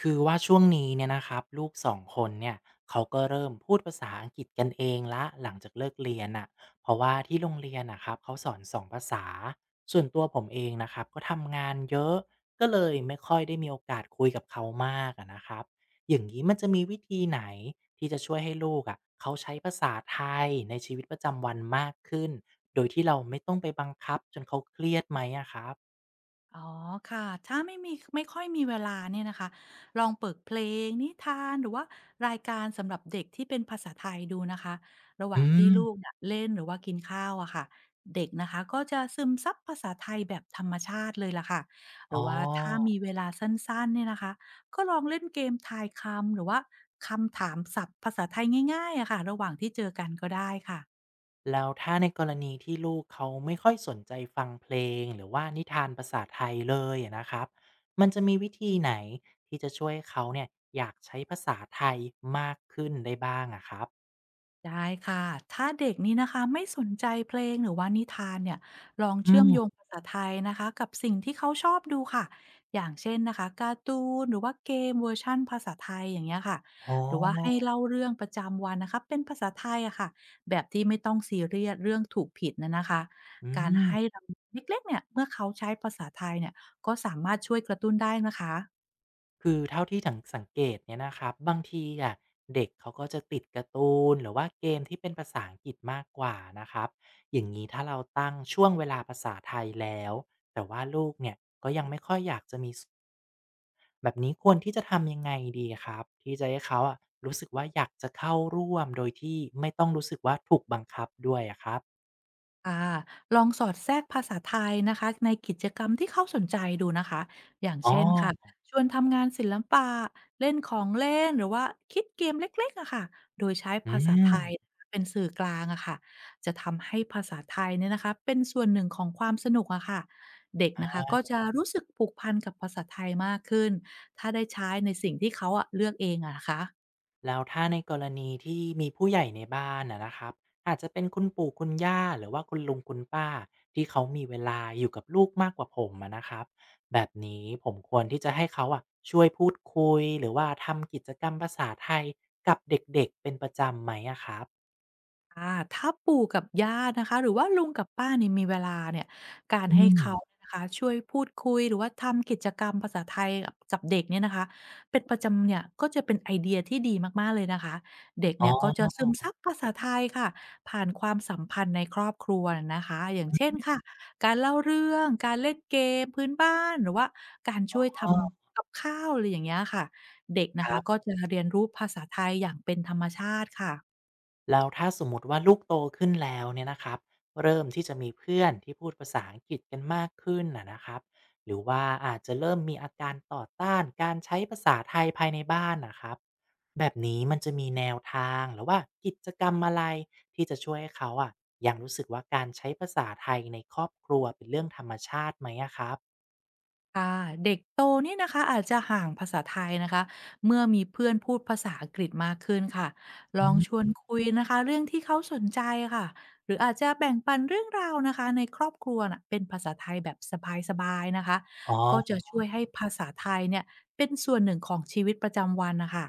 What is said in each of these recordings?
คือว่าช่วงนี้เนี่ยนะครับลูกสองคนเนี่ยเขาก็เริ่มพูดภาษาอังกฤษกันเองละหลังจากเลิกเรียนอ่ะเพราะว่าที่โรงเรียนนะครับเขาสอนสองภาษาส่วนตัวผมเองนะครับก็ทำงานเยอะก็เลยไม่ค่อยได้มีโอกาสคุยกับเขามากอะนะครับอย่างนี้มันจะมีวิธีไหนที่จะช่วยให้ลูกอ่ะเขาใช้ภาษาไทยในชีวิตประจำวันมากขึ้นโดยที่เราไม่ต้องไปบังคับจนเขาเครียดไหมอะครับอ๋อค่ะถ้าไม่ค่อยมีเวลาเนี่ยนะคะลองเปิดเพลงนิทานหรือว่ารายการสำหรับเด็กที่เป็นภาษาไทยดูนะคะระหว่าอืงที่ลูกมเนี่ยเล่นหรือว่ากินข้าวอะค่ะเด็กนะคะก็จะซึมซับภาษาไทยแบบธรรมชาติเลยล่ะค่ะหอ๋รือว่าถ้าอ มีเวลาสั้นๆเนี่ยนะคะก็ลองเล่นเกมทายคำหรือว่าคำถามศัพท์ภาษาไทยง่ายๆอะค่ะระหว่างที่เจอกันก็ได้ค่ะ แล้วถ้าในกรณีที่ลูกเขาไม่ค่อยสนใจฟังเพลงหรือว่านิทานภาษาไทยเลยอะนะครับ มันจะมีวิธีไหนที่จะช่วยเขาเนี่ยอยากใช้ภาษาไทยมากขึ้นได้บ้างอะครับได้ค่ะถ้าเด็กนี้นะคะไม่สนใจเพลงหรือว่านิทานเนี่ยลองอืเชื่อมโยงมภาษาไทยนะคะกับสิ่งที่เขาชอบดูค่ะอย่างเช่นนะคะการ์ตูนหรือว่าเกมเวอร์ชั่นภาษาไทยอย่างเงี้ยค่ะอ๋อหรือว่าให้เล่าเรื่องประจำวันนะคะเป็นภาษาไทยอะค่ะแบบที่ไม่ต้องซีเรียสเรื่องถูกผิดนะคะอืการม ให้รางวัลเล็กๆเนี่ยเมื่อเขาใช้ภาษาไทยเนี่ยก็สามารถช่วยกระตุ้นได้นะคะ คือเท่าที่ถังสังเกตเนี่ยนะครับ บางทีอะเด็กเขาก็จะติดการ์ตูนหรือว่าเกมที่เป็นภาษาอังกฤษมากกว่านะครับอย่างนี้ถ้าเราตั้งช่วงเวลาภาษาไทยแล้วแต่ว่าลูกเนี่ย แบบนี้ควรที่จะทำยังไงดีครับที่จะให้เขาอะรู้สึกว่าอยากจะเข้าร่วมโดยที่ไม่ต้องรู้สึกว่าถูกบังคับด้วยอะครับค่ะลองสอดแทรกภาษาไทยนะคะในกิจกรรมที่เขาสนใจดูนะคะอย่างอ๋อเช่นค่ะชวนทำงานศิลปะเล่นของเล่นหรือว่าคิดเกมเล็กๆอะค่ะโดยใช้อืภาษาไทยมเป็นสื่อกลางอะค่ะจะทำให้ภาษาไทยเนี่ยนะคะเป็นส่วนหนึ่งของความสนุกอะค่ะเด็กนะคะก็จะรู้สึกผูกพันกับภาษาไทยมากขึ้นถ้าได้ใช้ในสิ่งที่เขาอะเลือกเองอะนะคะ แล้วถ้าในกรณีที่มีผู้ใหญ่ในบ้านนะนะครับอาจจะเป็นคุณปู่คุณย่าหรือว่าคุณลุงคุณป้าที่เขามีเวลาอยู่กับลูกมากกว่าผมอะนะครับแบบนี้ผมควรที่จะให้เขาอะช่วยพูดคุยหรือว่าทำกิจกรรมภาษาไทยกับเด็กๆเป็นประจำไหมอะครับค่าถ้าปู่กับย่านะคะหรือว่าลุงกับป้าเนี่ยมีเวลาเนี่ยการอืให้มเขาเนี่ยนะคะช่วยพูดคุยหรือว่าทำกิจกรรมภาษาไทยกับเด็กเนี่ยนะคะเป็นประจำเนี่ยก็จะเป็นไอเดียที่ดีมากๆเลยนะคะเด็กอ๋เนี่ยก็จะอซึมซับภาษาไทยค่ะผ่านความสัมพันธ์ในครอบครัวนะคะอย่างเช่นค่ะการเล่าเรื่องการเล่นเกมพื้นบ้านหรือว่าการช่วยทคำกับข้าวอะไรอย่างเงี้ยค่ะเด็กนะคะรับ ก็จะเรียนรู้ภาษาไทยอย่างเป็นธรรมชาติค่ะ แล้วถ้าสมมติว่าลูกโตขึ้นแล้วเนี่ยนะครับเริ่มที่จะมีเพื่อนที่พูดภาษาอังกฤษกันมากขึ้นนะนะครับหรือว่าอาจจะเริ่มมีอาการต่อต้านการใช้ภาษาไทยภายในบ้านนะครับแบบนี้มันจะมีแนวทางหรือว่ากิจกรรมอะไรที่จะช่วยให้เขาอะยังรู้สึกว่าการใช้ภาษาไทยในครอบครัวเป็นเรื่องธรรมชาติไหมอะครับค่ะเด็กโตเนี่ยนะคะอาจจะห่างภาษาไทยนะคะเมื่อมีเพื่อนพูดภาษาอังกฤษมากขึ้นค่ะลอืองชมวนคุยนะคะเรื่องที่เขาสนใจค่ะหรืออาจจะแบ่งปันเรื่องราวนะคะในครอบครัวนะเป็นภาษาไทยแบบสบายๆนะคะอ๋ก็จะอ ช่วยให้ภาษาไทยเนี่ยเป็นส่วนหนึ่งของชีวิตประจำวันนะคะ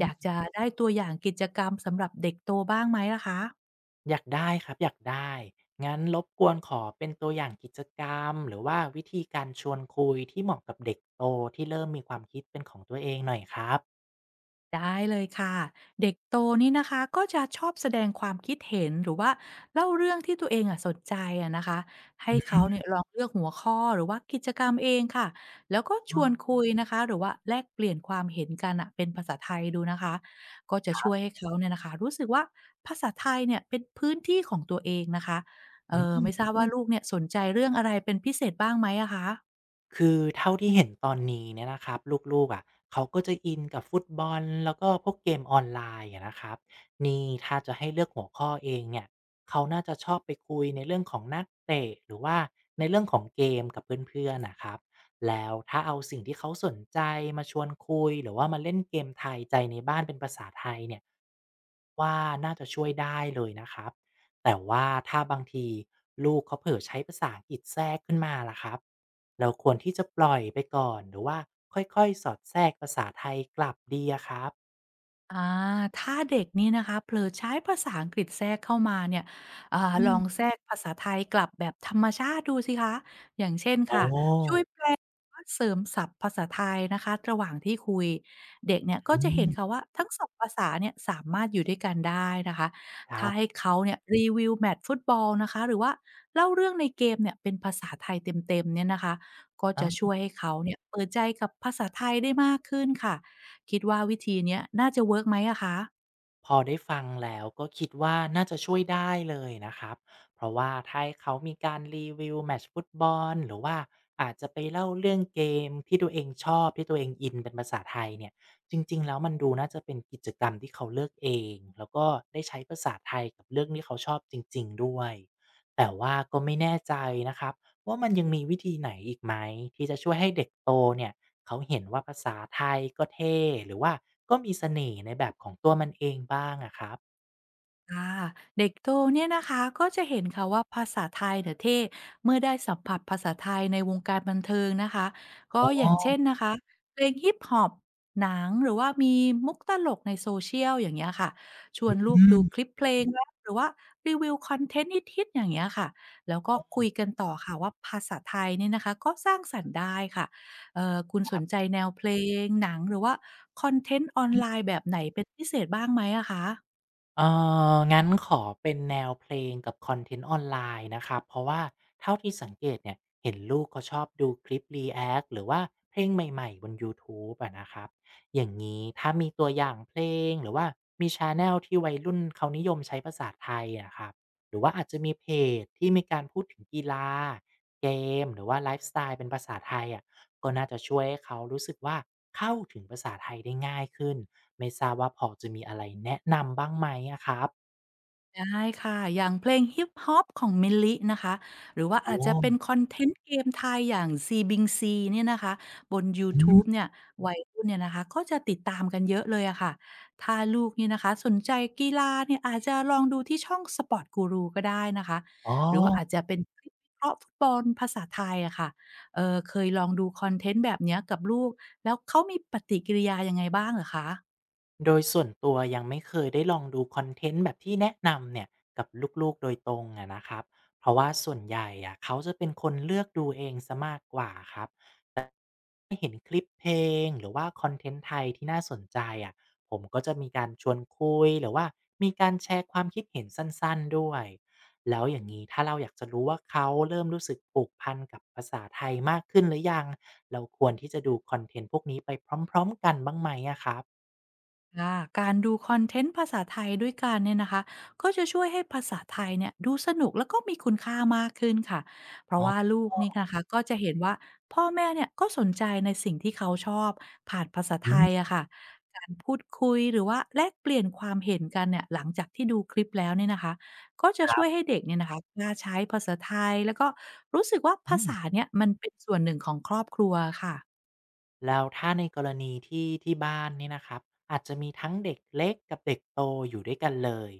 อยากจะได้ตัวอย่างกิจกรรมสำหรับเด็กโตบ้างไหมล่ะคะ อยากได้ครับอยากได้ งั้นรบกวนขอเป็นตัวอย่างกิจกรรมหรือว่าวิธีการชวนคุยที่เหมาะกับเด็กโตที่เริ่มมีความคิดเป็นของตัวเองหน่อยครับได้เลยค่ะเด็กโตนี่นะคะก็จะชอบแสดงความคิดเห็นหรือว่าเล่าเรื่องที่ตัวเองอะสนใจอะนะคะให้เขาเนี่ยอลองเลือกหัวข้อหรือว่ากิจกรรมเองค่ะแล้วก็ชืวนมคุยนะคะหรือว่าแลกเปลี่ยนความเห็นกันอะเป็นภาษาไทยดูนะคะก็จะคช่รัวยบให้เขาเนี่ยนะคะรู้สึกว่าภาษาไทยเนี่ยเป็นพื้นที่ของตัวเองนะคะเออือม ไม่ทราบว่าลูกเนี่ยสนใจเรื่องอะไรเป็นพิเศษบ้างไหมอะคะ คือเท่าที่เห็นตอนนี้เนี่ยนะครับลูกๆอะเขาก็จะอินกับฟุตบอลแล้วก็พวกเกมออนไลน์อะนะครับนี่ถ้าจะให้เลือกหัวข้อเองเนี่ยเขาน่าจะชอบไปคุยในเรื่องของนักเตะหรือว่าในเรื่องของเกมกับเพื่อนๆนะครับแล้วถ้าเอาสิ่งที่เขาสนใจมาชวนคุยหรือว่ามาเล่นเกมไทยใจในบ้านเป็นภาษาไทยเนี่ยว่าน่าจะช่วยได้เลยนะครับ แต่ว่าถ้าบางทีลูกเขาเผลอใช้ภาษาอังกฤษแทรกขึ้นมาล่ะครับเราควรที่จะปล่อยไปก่อนหรือว่าค่อยๆสอดแทรกภาษาไทยกลับดีอะครับอ่าถ้าเด็กนี่นะคะเผลอใช้ภาษาอังกฤษแทรกเข้ามาเนี่ยอ่าลอืองมแทรกภาษาไทยกลับแบบธรรมชาติดูสิคะอย่างเช่นโอ้ค่ะช่วยอแปลว่าเสริมศัพท์ภาษาไทยนะคะระหว่างที่คุยเด็กเนี่ยก็ืจะเห็นมค่ะว่าทั้งสองภาษาเนี่ยสามารถอยู่ด้วยกันได้นะคะครัถ้าให้บ เขาเนี่ยรีวิวแมตช์ฟุตบอลนะคะหรือว่าเล่าเรื่องในเกมเนี่ยเป็นภาษาไทยเต็มๆเนี่ยนะคะก็จะช่วยให้เขาเนี่ยเปิดใจกับภาษาไทยได้มากขึ้นค่ะ คิดว่าวิธีเนี้ยน่าจะเวิร์กไหมอะคะ พอได้ฟังแล้วก็คิดว่าน่าจะช่วยได้เลยนะครับ เพราะว่าถ้าให้เขามีการรีวิวแมตช์ฟุตบอลหรือว่าอาจจะไปเล่าเรื่องเกมที่ตัวเองชอบที่ตัวเองอินเป็นภาษาไทยเนี่ยจริงๆแล้วมันดูน่าจะเป็นกิจกรรมที่เขาเลือกเองแล้วก็ได้ใช้ภาษาไทยกับเรื่องที่เขาชอบจริงๆด้วยแต่ว่าก็ไม่แน่ใจนะครับว่ามันยังมีวิธีไหนอีกไหมที่จะช่วยให้เด็กโตเนี่ย เขาเห็นว่าภาษาไทยก็เท่หรือว่าก็มีเสน่ห์ในแบบของตัวมันเองบ้างอะครับค่ะเด็กโตเนี่ยนะคะก็จะเห็นค่ะว่าภาษาไทยเนี่ยเที่เมื่อได้สัมผัสภาษาไทยในวงการบันเทิงนะคะก็อ๋ออย่างเช่นนะคะเพลงฮิปฮอปหนังหรือว่ามีมุกตลกใน s o ชียลอย่างเงี้ยค่ะชวอนลูกืดูคลิมปเพลงรักหรือว่ารีวิวคอนเทนต์ฮิตๆอย่างเงี้ยค่ะแล้วก็คุยกันต่อค่ะว่าภาษาไทยเนี่ยนะคะก็สร้างสรรค์ได้ค่ะคุณสนใจแนวเพลงหนังหรือว่าคอนเทนต์ออนไลน์แบบไหนเป็นพิเศษบ้างไหมอะคะ เอองั้นขอเป็นแนวเพลงกับคอนเทนต์ออนไลน์นะครับเพราะว่าเท่าที่สังเกตเนี่ยเห็นลูกเขาชอบดูคลิปรีแอ็กหรือว่าเพลงใหม่ๆบนยูทูบอะนะครับอย่างงี้ถ้ามีตัวอย่างเพลงหรือว่ามีชันแนลที่วัยรุ่นเขานิยมใช้ภาษาไทยอะครับหรือว่าอาจจะมีเพจที่มีการพูดถึงกีฬาเกมหรือว่าไลฟ์สไตล์เป็นภาษาไทยอะ ก็น่าจะช่วยให้เขารู้สึกว่าเข้าถึงภาษาไทยได้ง่ายขึ้นไม่ทราบว่าพอจะมีอะไรแนะนำบ้างไหมอะครับได้ค่ะ อย่างเพลงฮิปฮอปของ Milli นะคะ หรือว่าโอ้อาจจะเป็นคอนเทนต์เกมไทยอย่างซี b i n g ีเนี่ยนะคะ บนยูอืทูบมเนี่ยวัยรุ่นเนี่ยนะคะ ก็จะติดตามกันเยอะเลยอะค่ะถ้าลูกเนี่ยนะคะสนใจกีฬาเนี่ยอาจจะลองดูที่ช่อง Sport Guru ก็ได้นะคะ อ๋อหรือว่าอาจจะเป็นคลิปวิเคราะห์ฟุตบอลภาษาไทยอะค่ะเคยลองดูคอนเทนต์แบบเนี้ยกับลูก แล้วเขามีปฏิกิริยายังไงบ้างเหรอคะ โดยส่วนตัวยังไม่เคยได้ลองดูคอนเทนต์แบบที่แนะนำเนี่ยกับลูกๆโดยตรงอะนะครับเพราะว่าส่วนใหญ่อะเขาจะเป็นคนเลือกดูเองเสียมากกว่าครับ เห็นคลิปเพลงหรือว่าคอนเทนต์ไทยที่น่าสนใจอะผมก็จะมีการชวนคุยหรือว่ามีการแชร์ความคิดเห็นสั้นๆด้วยแล้วอย่างงี้ถ้าเราอยากจะรู้ว่าเขาเริ่มรู้สึกผูกพันกับภาษาไทยมากขึ้นหรือยังเราควรที่จะดูคอนเทนต์พวกนี้ไปพร้อมๆกันบ้างไหมอะครับค่ะการดูคอนเทนต์ภาษาไทยด้วยกันเนี่ยนะคะก็จะช่วยให้ภาษาไทยเนี่ยดูสนุกแล้วก็มีคุณค่ามากขึ้นค่ะเพอ๋ราะอว่าลูกนี่นะคะก็จะเห็นว่าพ่อแม่เนี่ยก็สนใจในสิ่งที่เขาชอบผ่านภาษาไทอืยมอะค่ะการพูดคุยหรือว่าแลกเปลี่ยนความเห็นกันเนี่ยหลังจากที่ดูคลิปแล้วเนี่ยนะคะก็จะครัช่วยให้บเด็กเนี่ยนะคะกล้าใช้ภาษาไทยแล้วก็รู้สึกว่าอืภาม ษาเนี่ยมันเป็นส่วนหนึ่งของครอบครัวค่ะ แล้วถ้าในกรณีที่บ้านเนี่ยนะครับอาจจะมีทั้งเด็กเล็กกับเด็กโตอยู่ด้วยกันเลย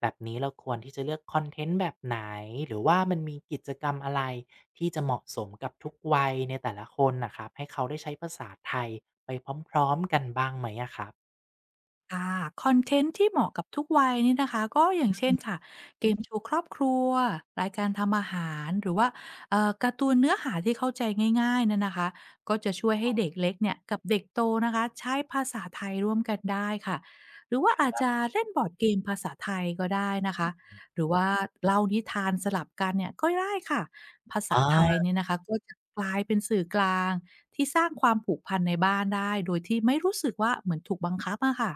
แบบนี้เราควรที่จะเลือกคอนเทนต์แบบไหนหรือว่ามันมีกิจกรรมอะไรที่จะเหมาะสมกับทุกวัยในแต่ละคนนะครับให้เขาได้ใช้ภาษาไทยไปพร้อมๆกันบ้างไหมอะครับค่ะคอนเทนต์ที่เหมาะกับทุกวัยนี่นะคะก็อย่างเช่นค่ะเกมโชว์ครอบครัวรายการทำอาหารหรือว่าการ์ตูนเนื้อหาที่เข้าใจง่ายๆนั่นนะคะก็จะช่วยให้เด็กเล็กเนี่ยกับเด็กโตนะคะใช้ภาษาไทยร่วมกันได้ค่ะหรือว่าอาจจะเล่นบอร์ดเกมภาษาไทยก็ได้นะคะหรือว่าเล่านิทานสลับกันเนี่ยก็ได้ค่ะภาษาอา ไทยเนี่ยนะคะก็จะกลายเป็นสื่อกลางที่สร้างความผูกพันในบ้านได้โดยที่ไม่รู้สึกว่าเหมือนถูกบังคับอะค่ะ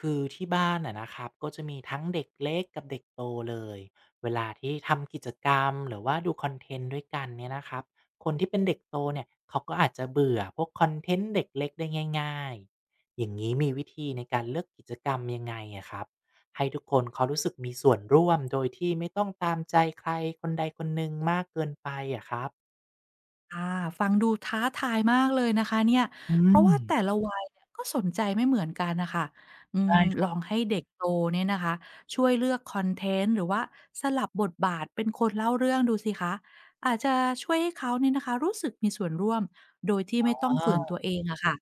คือที่บ้านอะนะครับก็จะมีทั้งเด็กเล็กกับเด็กโตเลยเวลาที่ทำกิจกรรมหรือว่าดูคอนเทนต์ด้วยกันเนี่ยนะครับคนที่เป็นเด็กโตเนี่ยเขาก็อาจจะเบื่อพวกคอนเทนต์เด็กเล็กได้ง่ายๆอย่างนี้มีวิธีในการเลือกกิจกรรมยังไงอะครับให้ทุกคนเขารู้สึกมีส่วนร่วมโดยที่ไม่ต้องตามใจใครคนใดคนหนึ่งมากเกินไปอะครับค่ะฟังดูท้าทายมากเลยนะคะเนี่ยอืเพราะมว่าแต่ละวัยเนี่ยก็สนใจไม่เหมือนกันน่ะค่ะอืมใช่คลรัองบ ให้เด็กโตเนี่ยนะคะช่วยเลือกคอนเทนต์หรือว่าสลับบทบาทเป็นคนเล่าเรื่องดูสิคะอาจจะช่วยให้เขาเนี่ยนะคะรู้สึกมีส่วนร่วมโดยที่ไม่ต้องฝืนตัวเองอะค่ะ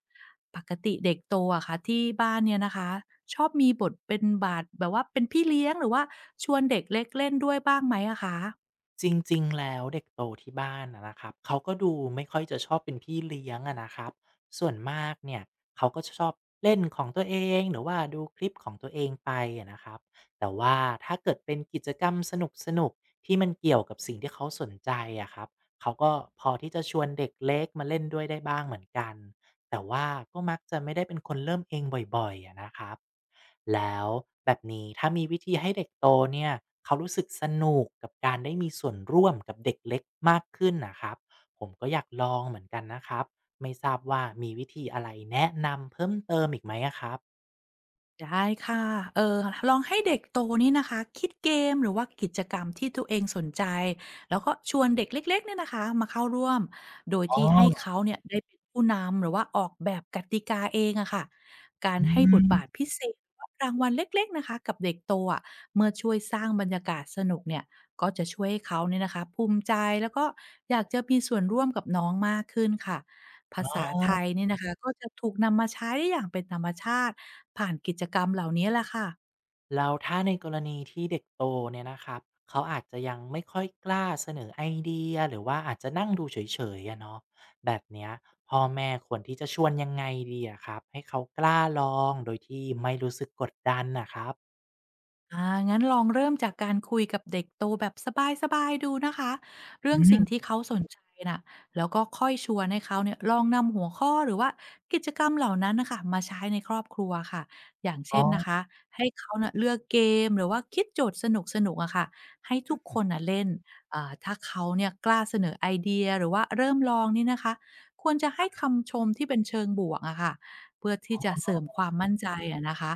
ปกติเด็กโตอะค่ะที่บ้านเนี่ยนะคะชอบมีบทเป็นบาทแบบว่าเป็นพี่เลี้ยงหรือว่าชวนเด็กเล็กเล่นด้วยบ้างไหมอะคะ จริงๆ แล้วเด็กโตที่บ้านอะนะครับเขาก็ดูไม่ค่อยจะชอบเป็นพี่เลี้ยงอะนะครับส่วนมากเนี่ยเขาก็จะชอบเล่นของตัวเองหรือว่าดูคลิปของตัวเองไปอะนะครับแต่ว่าถ้าเกิดเป็นกิจกรรมสนุกๆที่มันเกี่ยวกับสิ่งที่เขาสนใจอะครับเขาก็พอที่จะชวนเด็กเล็กมาเล่นด้วยได้บ้างเหมือนกันแต่ว่าก็มักจะไม่ได้เป็นคนเริ่มเองบ่อยๆอะนะครับ แล้วแบบนี้ถ้ามีวิธีให้เด็กโตเนี่ยเขารู้สึกสนุกกับการได้มีส่วนร่วมกับเด็กเล็กมากขึ้นนะครับผมก็อยากลองเหมือนกันนะครับไม่ทราบว่ามีวิธีอะไรแนะนำเพิ่มเติมอีกไหมอะครับได้ค่ะเออลองให้เด็กโตนี่นะคะคิดเกมหรือว่ากิจกรรมที่ตัวเองสนใจ แล้วก็ชวนเด็กเล็กๆเนี่ยนะคะมาเข้าร่วม โดยอ๋อที่ให้เขาเนี่ยได้เป็นผู้นำหรือว่าออกแบบกติกาเองอะค่ะการอืให้บทบาทมพิเศษหรือว่ารางวัลเล็กๆนะคะกับเด็กโตอะเมื่อช่วยสร้างบรรยากาศสนุกเนี่ยก็จะช่วยให้เขาเนี่ยนะคะภูมิใจแล้วก็อยากจะมีส่วนร่วมกับน้องมากขึ้นค่ะ ภาอ๋อ ษาไทยเนี่ยนะคะก็จะถูกนำมาใช้อย่างเป็นธรรมชาติผ่านกิจกรรมเหล่านี้แหละค่ะ แล้วถ้าในกรณีที่เด็กโตเนี่ยนะครับเขาอาจจะยังไม่ค่อยกล้าเสนอไอเดียหรือว่าอาจจะนั่งดูเฉยๆอะเนาะแบบเนี้ยพ่อแม่ควรที่จะชวนยังไงดีอะครับให้เขากล้าลองโดยที่ไม่รู้สึกกดดันนะครับอ่างั้นลองเริ่มจากการคุยกับเด็กโตแบบสบายๆดูนะคะ เรื่ออืงสิ่งที่มเขาสนใจน่ะแล้วก็ค่อยชวนให้เขาเนี่ยลองนำหัวข้อหรือว่ากิจกรรมเหล่านั้นนะคะมาใช้ในครอบครัวค่ะอย่างอ๋เช่นนะคะ อ ให้เขาน่ะเลือกเกมหรือว่าคิดโจทย์สนุกๆอะค่ะ ให้ทุกคนน่ะเล่นอ่าถ้าเขาเนี่ยกล้าเสนอไอเดียหรือว่าเริ่มลองนี่นะคะควรจะให้คำชมที่เป็นเชิงบวกอะค่ะเพื่อที่จะเสริมความมั่นใจอะนะคะ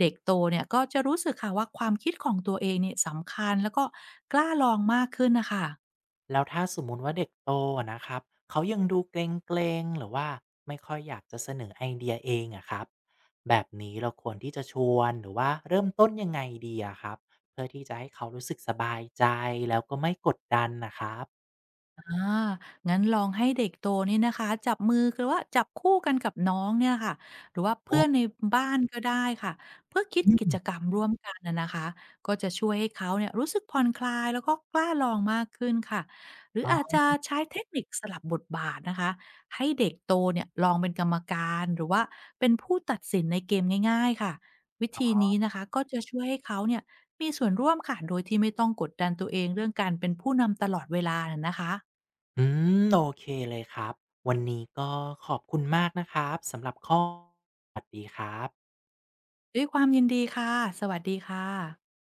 เด็กโตเนี่ยก็จะรู้สึกค่ะว่าความคิดของตัวเองเนี่ยสำคัญแล้วก็กล้าลองมากขึ้นนะคะ แล้วถ้าสมมุติว่าเด็กโตอะนะครับเขายังดูเกรงๆหรือว่าไม่ค่อยอยากจะเสนอไอเดียเองอะครับแบบนี้เราควรที่จะชวนหรือว่าเริ่มต้นยังไงดีอะครับเพื่อที่จะให้เขารู้สึกสบายใจแล้วก็ไม่กดดันนะครับอางั้นลองให้เด็กโตนี่นะคะจับมือหรือว่าจับคู่กันกับน้องเนี่ยค่ะหรือว่าโอ้เพื่อนในบ้านก็ได้ค่ะเพื่อคิดอืกิจมกรรมร่วมกันน่ะนะคะก็จะช่วยให้เขาเนี่ยรู้สึกผ่อนคลายแล้วก็กล้าลองมากขึ้นค่ะหรืออ๋ออาจจะใช้เทคนิคสลับบทบาทนะคะให้เด็กโตเนี่ยลองเป็นกรรมการหรือว่าเป็นผู้ตัดสินในเกมง่ายๆค่ะวิธีนี้นะคะก็จะช่วยให้เขาเนี่ยมีส่วนร่วมค่ะโดยที่ไม่ต้องกดดันตัวเองเรื่องการเป็นผู้นำตลอดเวลาน่ะนะคะ อืมโอเคเลยครับวันนี้ก็ขอบคุณมากนะครับสำหรับข้อสวัสดีครับด้วยความยินดีค่ะ สวัสดีค่ะ